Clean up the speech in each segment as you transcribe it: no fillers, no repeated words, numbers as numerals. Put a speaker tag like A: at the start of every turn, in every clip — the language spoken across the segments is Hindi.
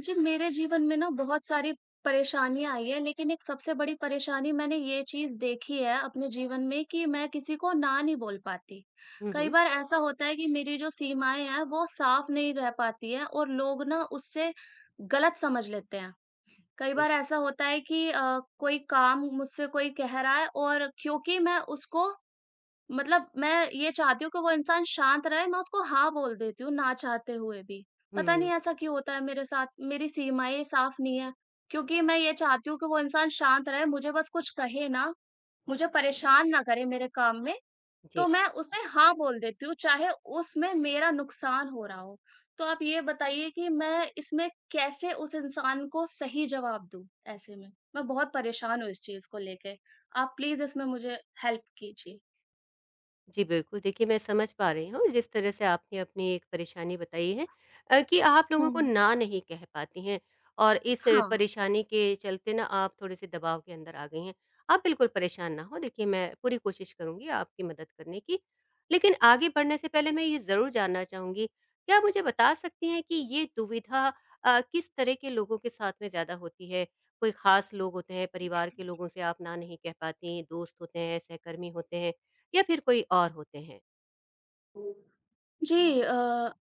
A: जी, मेरे जीवन में ना बहुत सारी परेशानियाँ आई हैं, लेकिन एक सबसे बड़ी परेशानी मैंने ये चीज़ देखी है अपने जीवन में कि मैं किसी को ना नहीं बोल पाती।
B: हुँ,
A: कई
B: हुँ।
A: बार ऐसा होता है कि मेरी जो सीमाएँ हैं, वो साफ़ नहीं रह पाती हैं और लोग ना उससे गलत समझ लेते हैं। कई
B: जी।
A: बार ऐसा होता है कि कोई काम मुझसे कोई कह रहा है और क्योंकि मैं उसको मतलब मैं ये चाहती हूँ कि वो इंसान शांत रहे, मैं उसको हाँ बोल देती हूँ ना चाहते हुए भी। पता नहीं
B: हुँ,
A: ऐसा क्यों होता है मेरे साथ, मेरी सीमाएँ साफ़ नहीं है। क्योंकि मैं ये चाहती हूँ कि वो इंसान शांत रहे, मुझे बस कुछ कहे ना, मुझे परेशान ना करे मेरे काम में, तो
B: जी।
A: मैं उसे हाँ बोल देती हूँ, चाहे उसमें मेरा नुकसान हो रहा हो। तो आप ये बताइए कि मैं इसमें कैसे उस इंसान को सही जवाब दूँ ऐसे में? मैं बहुत परेशान हूँ इस चीज़ को लेके। आप प्लीज़ इसमें मुझे हेल्प कीजिए।
B: जी, बिल्कुल। देखिए, मैं समझ पा रही हूँ जिस तरह से आपने अपनी एक परेशानी बताई है कि आप लोगों को
A: हुँ।
B: ना नहीं कह पाती हैं और इस
A: हाँ।
B: परेशानी के चलते ना आप थोड़े-से दबाव के अंदर आ गई हैं। आप बिल्कुल परेशान ना हों, देखिए मैं पूरी कोशिश करूँगी आपकी मदद करने की। लेकिन आगे बढ़ने से पहले मैं ये ज़रूर जानना चाहूँगी, क्या आप मुझे बता सकती हैं कि ये दुविधा किस तरह के लोगों के साथ में ज़्यादा होती है? कोई ख़ास लोग होते हैं, परिवार के लोगों से आप ना नहीं कह पातीं, दोस्त होते हैं, सहकर्मी होते हैं या फिर कोई और होते हैं?
A: जी,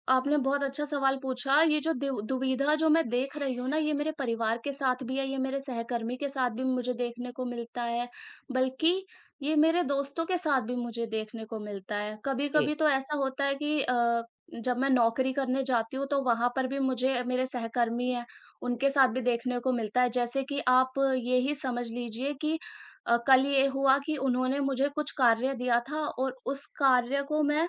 A: आपने बहुत अच्छा सवाल पूछा। ये जो दिव दुविधा जो मैं देख रही हूँ ना, ये मेरे परिवार के साथ भी है, ये मेरे सहकर्मी के साथ भी मुझे देखने को मिलता है, बल्कि ये मेरे दोस्तों के साथ भी मुझे देखने को मिलता है।
B: जी।
A: कभी-कभी तो ऐसा होता है कि जब मैं नौकरी करने जाती हूँ, तो वहाँ पर भी मुझे मेरे सहकर्मी हैं, उनके साथ भी देखने को मिलता है। जैसे कि आप ये ही समझ लीजिए कि कल ये हुआ कि उन्होंने मुझे कुछ कार्य दिया था और उस कार्य को मैं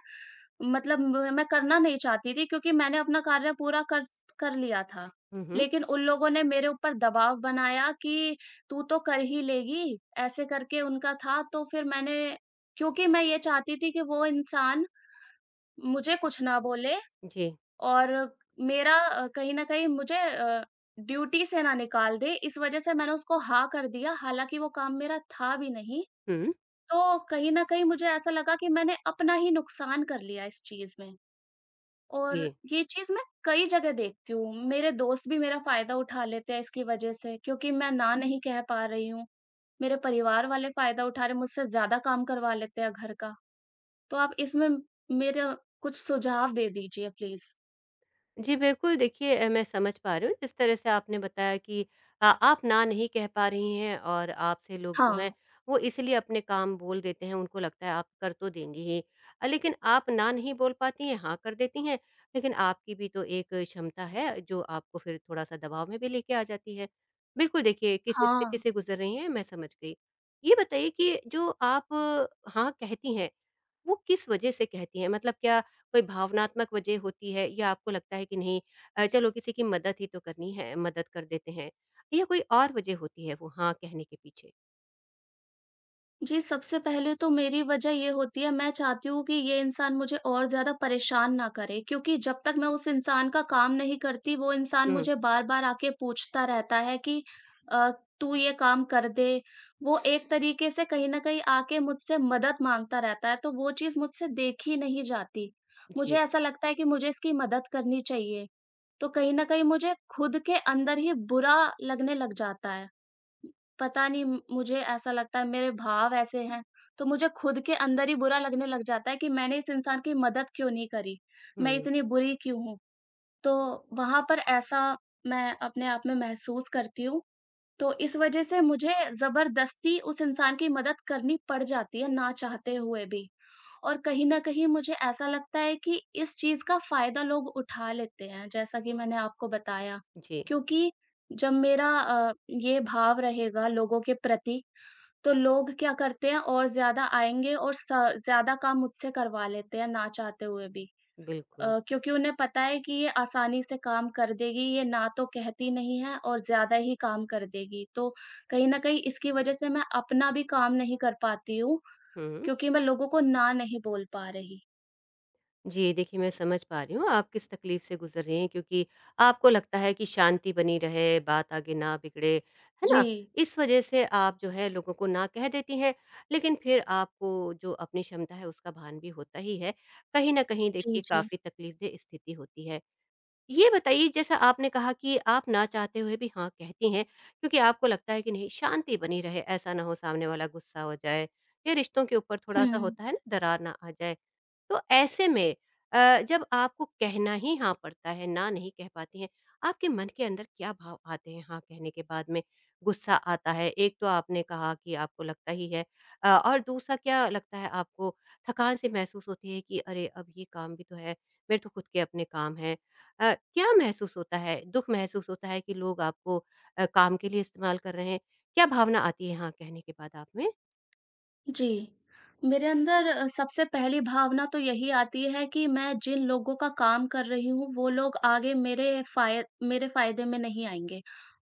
A: मतलब म मैं करना नहीं चाहती थी क्योंकि मैंने अपना कार्य पूरा कर कर लिया था।
B: हुँ, हुँ।
A: लेकिन उन लोगों ने मेरे ऊपर दबाव बनाया कि तू तो कर ही लेगी, ऐसे करके उनका था तो फिर मैंने क्योंकि मैं ये चाहती थी कि वो इंसान मुझे कुछ ना बोले
B: जी।
A: और मेरा कहीं न कहीं मुझे ड्यूटी से ना निकाल दे, इस वजह से मैंने उसको हाँ कर दिया, हालाँकि वो काम मेरा था भी नहीं।
B: हुँ।
A: तो कहीं न कहीं मुझे ऐसा लगा कि मैंने अपना ही नुकसान कर लिया इस चीज़ में। और
B: जी।
A: ये चीज़ मैं कई जगह देखती हूँ। मेरे दोस्त भी मेरा फ़ायदा उठा लेते हैं इसकी वजह से क्योंकि मैं ना नहीं कह पा रही हूँ। मेरे परिवार वाले फ़ायदा उठा रहे हैं, मुझसे ज़्यादा काम करवा लेते हैं घर का। तो आप इसमें मेरा कुछ सुझाव दे दीजिए प्लीज़।
B: जी, बिल्कुल देखिए मैं समझ पा रही हूँ जिस तरह से आपने बताया कि आप ना नहीं कह पा रही हैं और आपसे लोग जो
A: हाँ।
B: हैं वो इसलिए अपने काम बोल देते हैं, उनको लगता है आप कर तो देंगी ही। लेकिन आप ना नहीं बोल पाती हैं, हाँ कर देती हैं, लेकिन आपकी भी तो एक क्षमता है जो आपको फिर थोड़ा-सा दबाव में भी लेके आ जाती है। बिल्कुल देखिए किस स्थिति
A: हाँ।
B: से गुज़र रही हैं मैं समझ गई। ये बताइए कि जो आप हाँ कहती हैं वो किस वजह से कहती हैं? मतलब क्या कोई भावनात्मक वजह होती है या आपको लगता है कि नहीं चलो किसी की मदद ही तो करनी है, मदद कर देते हैं या कोई और वजह होती है वो हाँ कहने के पीछे?
A: जी, सबसे पहले तो मेरी वजह ये होती है, मैं चाहती हूँ कि ये इंसान मुझे और ज़्यादा परेशान ना करे क्योंकि जब तक मैं उस इंसान का काम नहीं करती, वो इंसान
B: हुँ,
A: मुझे बार-बार आके पूछता रहता है कि अ, "तू ये काम कर दे।" वो एक तरीके से कहीं न कहीं आके मुझसे मदद माँगता रहता है, तो वो चीज़ मुझसे देखी नहीं जाती। मुझे
B: जी।
A: ऐसा लगता है कि मुझे इसकी मदद करनी चाहिए, तो कहीं न कहीं मुझे खुद के अंदर ही बुरा लगने लग जाता है। पता नहीं म मुझे ऐसा लगता है मेरे भाव ऐसे हैं, तो मुझे खुद के अंदर ही बुरा लगने लग जाता है कि मैंने इस इंसान की मदद क्यों नहीं करी? मैं
B: हुँ,
A: इतनी बुरी क्यों हूँ? तो वहाँ पर ऐसा मैं अपने आप में महसूस करती हूँ, तो इस वज़ह से मुझे ज़बरदस्ती उस इंसान की मदद करनी पड़ जाती है ना चाहते हुए भी। और कहीं न कहीं मुझे ऐसा लगता है कि इस चीज़ का फ़ायदा लोग उठा लेते हैं, जैसा कि मैंने आपको बताया।
B: जी,
A: क्योंकि जब मेरा ये भाव रहेगा लोगों के प्रति, तो लोग क्या करते हैं और ज़्यादा आएँगे और स ज़्यादा काम मुझसे करवा लेते हैं ना चाहते हुए भी।
B: बिल्कुल।
A: क्योंकि उन्हें पता है कि ये आसानी से काम कर देगी, ये ना तो कहती नहीं है और ज़्यादा ही काम कर देगी। तो कहीं न कहीं इसकी वज़ह से मैं अपना भी काम नहीं कर पाती हूँ,
B: हुँ।
A: क्योंकि मैं लोगों को ना नहीं बोल पा रही।
B: जी, देखिए मैं समझ पा रही हूँ आप किस तकलीफ़ से गुज़र रही हैं क्योंकि आपको लगता है कि शांति बनी रहे, बात आगे ना बिगड़े, है ना?
A: जी,
B: इस वज़ह से आप जो है लोगों को ना कह देती हैं, लेकिन फिर आपको जो अपनी क्षमता है उसका भान भी होता ही है। कहीं न कहीं
A: जी,
B: देखिए
A: जी।
B: काफ़ी तकलीफ़देह स्थिति होती है। ये बताइए जैसा आपने कहा कि आप ना चाहते हुए भी हाँ कहती हैं क्योंकि आपको लगता है कि नहीं शांति बनी रहे ऐसा ना हो सामने वाला गुस्सा हो जाए या रिश्तों के ऊपर थोड़ा सा
A: हुँ,
B: होता है ना दरार ना आ जाए तो ऐसे में जब आपको कहना ही हाँ पड़ता है ना नहीं कह पाती हैं आपके मन के अंदर क्या भाव आते हैं हाँ कहने के बाद में गुस्सा आता है एक तो आपने कहा कि आपको लगता ही है और दूसरा क्या लगता है आपको थकान से महसूस होती है कि अरे अब ये काम भी तो है मेरे तो खुद के अपने काम हैं क्या महसूस होता है? दुःख महसूस होता है कि लोग आपको काम के लिए इस्तेमाल कर रहे हैं? क्या भावना आती है हाँ कहने के बाद आप में?
A: जी। मेरे अंदर सबसे पहली भावना तो यही आती है कि मैं जिन लोगों का काम कर रही हूँ, वो लोग आगे मेरे फ़ाय मेरे फ़ायदे में नहीं आएँगे।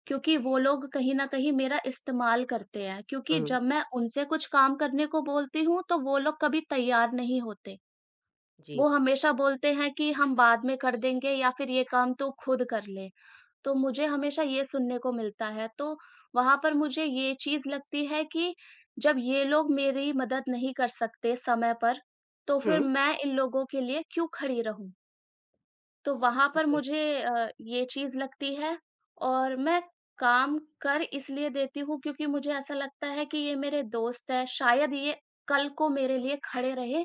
A: क्योंकि वो लोग कहीं न कहीं मेरा इस्तेमाल करते हैं, क्योंकि
B: हुँ,
A: जब मैं उनसे कुछ काम करने को बोलती हूँ, तो वो लोग कभी तैयार नहीं होते।
B: जी।
A: वो हमेशा बोलते हैं कि, "हम बाद में कर देंगे" या फिर "ये काम तू खुद कर ले।" तो मुझे हमेशा ये सुनने को मिलता है, तो वहाँ पर मुझे ये चीज़ लगती है कि जब ये लोग मेरी मदद नहीं कर सकते समय पर, तो फिर
B: हुँ,
A: मैं इन लोगों के लिए क्यों खड़ी रहूँ? तो वहाँ पर
B: जी।
A: मुझे ये चीज़ लगती है और मैं काम कर इसलिए देती हूँ क्योंकि मुझे ऐसा लगता है कि ये मेरे दोस्त हैं, शायद ये कल को मेरे लिए खड़े रहे,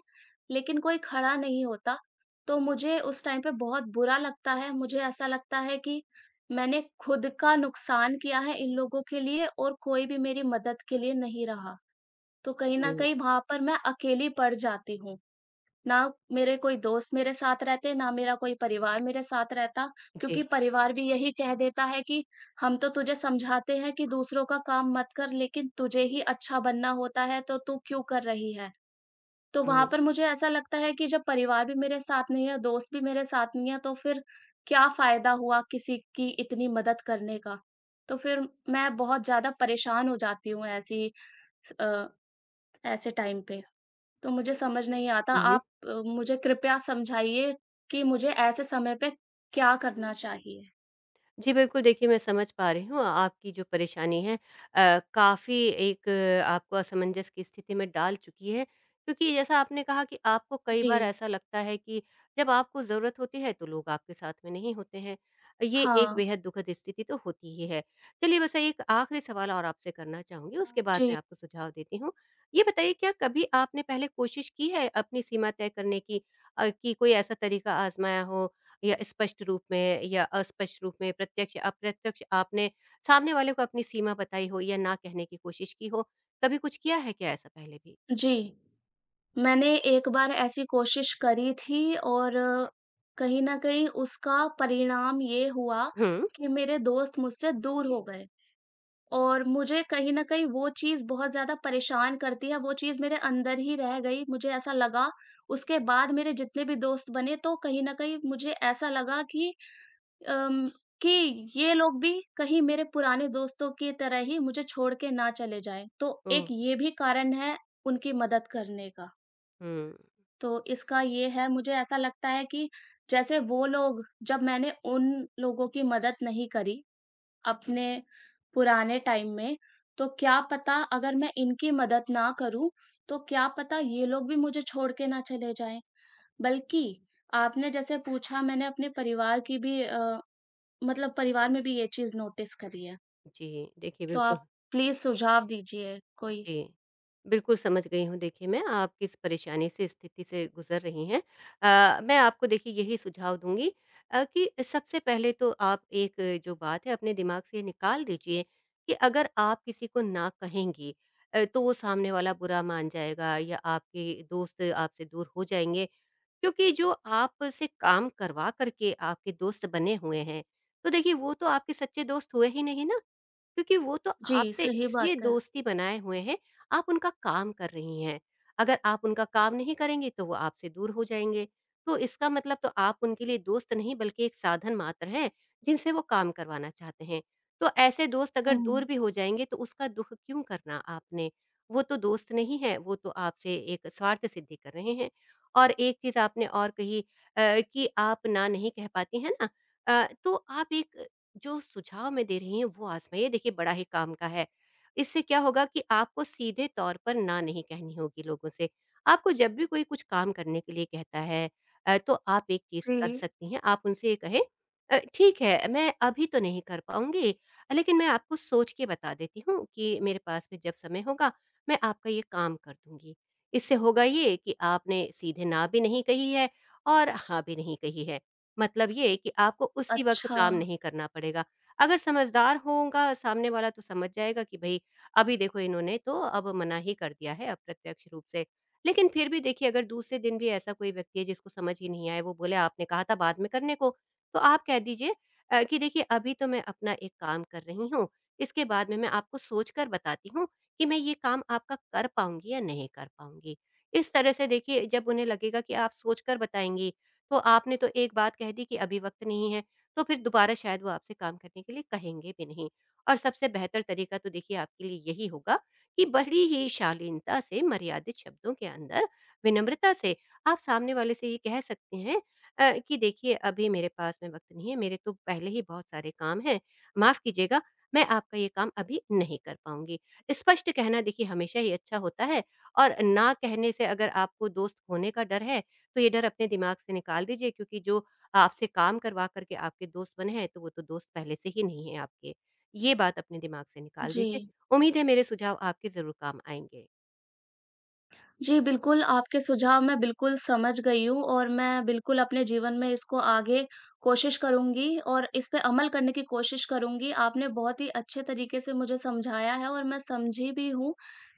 A: लेकिन कोई खड़ा नहीं होता। तो मुझे उस टाइम पे बहुत बुरा लगता है, मुझे ऐसा लगता है कि मैंने खुद का नुकसान किया है इन लोगों के लिए और कोई भी मेरी मदद के लिए नहीं रहा। तो कहीं न
B: हुँ,
A: कहीं वहाँ पर मैं अकेली पड़ जाती हूँ। ना मेरे कोई दोस्त मेरे साथ रहते, ना मेरा कोई परिवार मेरे साथ रहता,
B: जी।
A: क्योंकि परिवार भी यही कह देता है कि हम तो तुझे समझाते हैं कि दूसरों का काम मत कर, लेकिन तुझे ही अच्छा बनना होता है, तो तू क्यों कर रही है? तो वहाँ
B: हुँ।
A: पर मुझे ऐसा लगता है कि जब परिवार भी मेरे साथ नहीं है, दोस्त भी मेरे साथ नहीं है, तो फिर क्या फ़ायदा हुआ किसी की इतनी मदद करने का? तो फिर मैं बहुत ज़्यादा परेशान हो जाती हूँ ऐसी स अ, ऐसे टाइम पे। तो मुझे समझ नहीं आता आप मुझे कृपया समझाइए कि मुझे ऐसे समय पे क्या करना चाहिए?
B: जी, बिल्कुल देखिए मैं समझ पा रही हूँ आपकी जो परेशानी है काफ़ी एक आपको असमंजस की स्थिति में डाल चुकी है। क्योंकि जैसा आपने कहा कि आपको कई बार
A: जी,
B: ऐसा लगता है कि जब आपको ज़रूरत होती है तो लोग आपके साथ में नहीं होते हैं। ये एक
A: हाँ।
B: बेहद दुखद स्थिति तो होती ही है। चलिए वैसे एक आखिरी सवाल और आपसे करना चाहूँगी उसके बाद
A: जी,
B: मैं आपको सुझाव देती हूँ। ये बताइए क्या कभी आपने पहले कोशिश की है अपनी सीमा तय करने की कि कोई ऐसा तरीका आज़माया हो या स्पष्ट रूप में या अस्पष्ट रूप में, प्रत्यक्ष, अप्रत्यक्ष आपने सामने वाले को अपनी सीमा बताई हो या ना कहने की कोशिश की हो? कभी कुछ किया है क्या ऐसा पहले भी?
A: जी। मैंने एक बार ऐसी कोशिश करी थी और कहीं न कहीं उसका परिणाम ये हुआ
B: हुँ।
A: कि मेरे दोस्त मुझसे दूर हो गए और मुझे कहीं न कहीं वो चीज़ बहुत ज़्यादा परेशान करती है, वो चीज़ मेरे अंदर ही रह गई, मुझे ऐसा लगा। उसके बाद मेरे जितने भी दोस्त बने तो कहीं न कहीं मुझे ऐसा लगा कि अम, कि ये लोग भी कहीं मेरे पुराने दोस्तों की तरह ही मुझे छोड़ के ना चले जाएँ। तो एक
B: ओह!
A: ये भी कारण है उनकी मदद करने का।
B: हुँ।
A: तो इसका ये है मुझे ऐसा लगता है कि जैसे वो लोग जब मैंने उन लोगों की मदद नहीं करी अपने पुराने टाइम में, तो क्या पता अगर मैं इनकी मदद ना करूँ, तो क्या पता ये लोग भी मुझे छोड़ के ना चले जाएँ। बल्कि आपने जैसे पूछा मैंने अपने परिवार की भी मतलब परिवार में भी ये चीज़ नोटिस करी है,
B: जी, देखिए
A: तो
B: बिल्कुल।
A: आप प्लीज़ सुझाव दीजिए कोई।
B: जी। बिल्कुल समझ गई हूँ देखिए मैं आप किस परेशानी से स्थिति से गुज़र रही हैं। मैं आपको देखिए यही सुझाव दूँगी कि सबसे पहले तो आप एक जो बात है अपने दिमाग से निकाल दीजिए कि अगर आप किसी को ना कहेंगी तो वो सामने वाला बुरा मान जाएगा या आपके दोस्त आपसे दूर हो जाएँगे। क्योंकि जो आपसे काम करवा कर के आपके दोस्त बने हुए हैं, तो देखिए वो तो आपके सच्चे दोस्त हुए ही नहीं ना। क्योंकि वो तो
A: जी,
B: आपसे
A: सही
B: इसलिए
A: बात है।
B: दोस्ती बनाए हुए हैं, आप उनका काम कर रही हैं। अगर आप उनका काम नहीं करेंगी, तो वो आपसे दूर हो जाएँगे। तो इसका मतलब तो आप उनके लिए दोस्त नहीं बल्कि एक साधन मात्र हैं, जिनसे वो काम करवाना चाहते हैं। तो ऐसे दोस्त अगर
A: हुँ,
B: दूर भी हो जाएँगे, तो उसका दुःख क्यों करना आपने? वो तो दोस्त नहीं है, वो तो आपसे एक स्वार्थ सिद्धि कर रहे हैं। और एक चीज़ आपने और कही कि आप ना नहीं कह पाती, है ना? तो आप एक जो सुझाव मैं दे रही हूँ वो आज़माइए देखिए बड़ा ही काम का है। इससे क्या होगा कि आपको सीधे तौर पर ना नहीं कहनी होगी लोगों से। आपको जब भी कोई कुछ काम करने के लिए कहता है तो आप एक चीज़
A: जी,
B: कर सकती हैं, आप उनसे ये कहें ठीक है मैं अभी तो नहीं कर पाऊँगी लेकिन मैं आपको सोच के बता देती हूँ कि मेरे पास में जब समय होगा मैं आपका ये काम कर दूँगी। इससे होगा ये कि आपने सीधे ना भी नहीं कही है और हाँ भी नहीं कही है। मतलब ये कि आपको उसी वक़्त
A: अच्छा,
B: काम नहीं करना पड़ेगा। अगर समझदार होगा सामने वाला तो समझ जाएगा कि भई अभी देखो इन्होंने तो अब मना ही कर दिया है अप्रत्यक्ष रूप से। लेकिन फिर भी देखिए अगर दूसरे दिन भी ऐसा कोई व्यक्ति है जिसको समझ ही नहीं आए, वो बोले आपने कहा था बाद में करने को, तो आप कह दीजिए कि देखिए अभी तो मैं अपना एक काम कर रही हूँ, इसके बाद में मैं आपको सोच कर बताती हूँ कि मैं ये काम आपका कर पाऊँगी या नहीं कर पाऊँगी। इस तरह से देखिए जब उन्हें लगेगा कि आप सोच कर बताएँगी तो आपने तो एक बात कह दी कि अभी वक़्त नहीं है, तो फिर दोबारा शायद वो आपसे काम करने के लिए कहेंगे भी नहीं। और सबसे बेहतर तरीका तो देखिए आपके लिए यही होगा कि बड़ी ही शालीनता से, मर्यादित शब्दों के अंदर, विनम्रता से आप सामने वाले से ये कह सकते हैं कि देखिए अभी मेरे पास में वक़्त नहीं है, मेरे तो पहले ही बहुत सारे काम हैं, माफ़ कीजिएगा मैं आपका ये काम अभी नहीं कर पाऊँगी। स्पष्ट कहना देखिए हमेशा ही अच्छा होता है और ना कहने से अगर आपको दोस्त खोने का डर है, तो ये डर अपने दिमाग से निकाल दीजिए क्योंकि जो आपसे काम करवा करके आपके दोस्त बने हैं, तो वो तो दोस्त पहले से ही नहीं है आपके। ये बात अपने दिमाग से निकाल
A: जी।
B: दीजिए। उम्मीद है मेरे सुझाव आपके ज़रूर काम आएँगे।
A: जी, बिल्कुल, आपके सुझाव मैं बिल्कुल समझ गई हूँ और मैं बिल्कुल अपने जीवन में इसको आगे कोशिश करूँगी और इस पे अमल करने की कोशिश करूँगी। आपने बहुत ही अच्छे तरीके से मुझे समझाया है और मैं समझी भी हूँ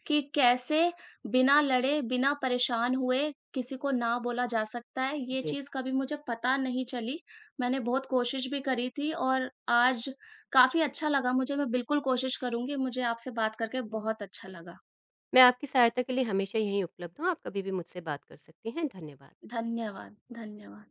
A: कि कैसे बिना लड़े, बिना परेशान हुए किसी को ना बोला जा सकता है, ये
B: जी,
A: चीज़ कभी मुझे पता नहीं चली। मैंने बहुत कोशिश भी करी थी और आज काफ़ी अच्छा लगा मुझे, मैं बिल्कुल कोशिश करूँगी। मुझे आपसे बात करके बहुत अच्छा लगा।
B: मैं आपकी सहायता के लिए हमेशा यहीं उपलब्ध हूँ, आप कभी भी मुझसे बात कर सकती हैं। धन्यवाद।
A: धन्यवाद, धन्यवाद।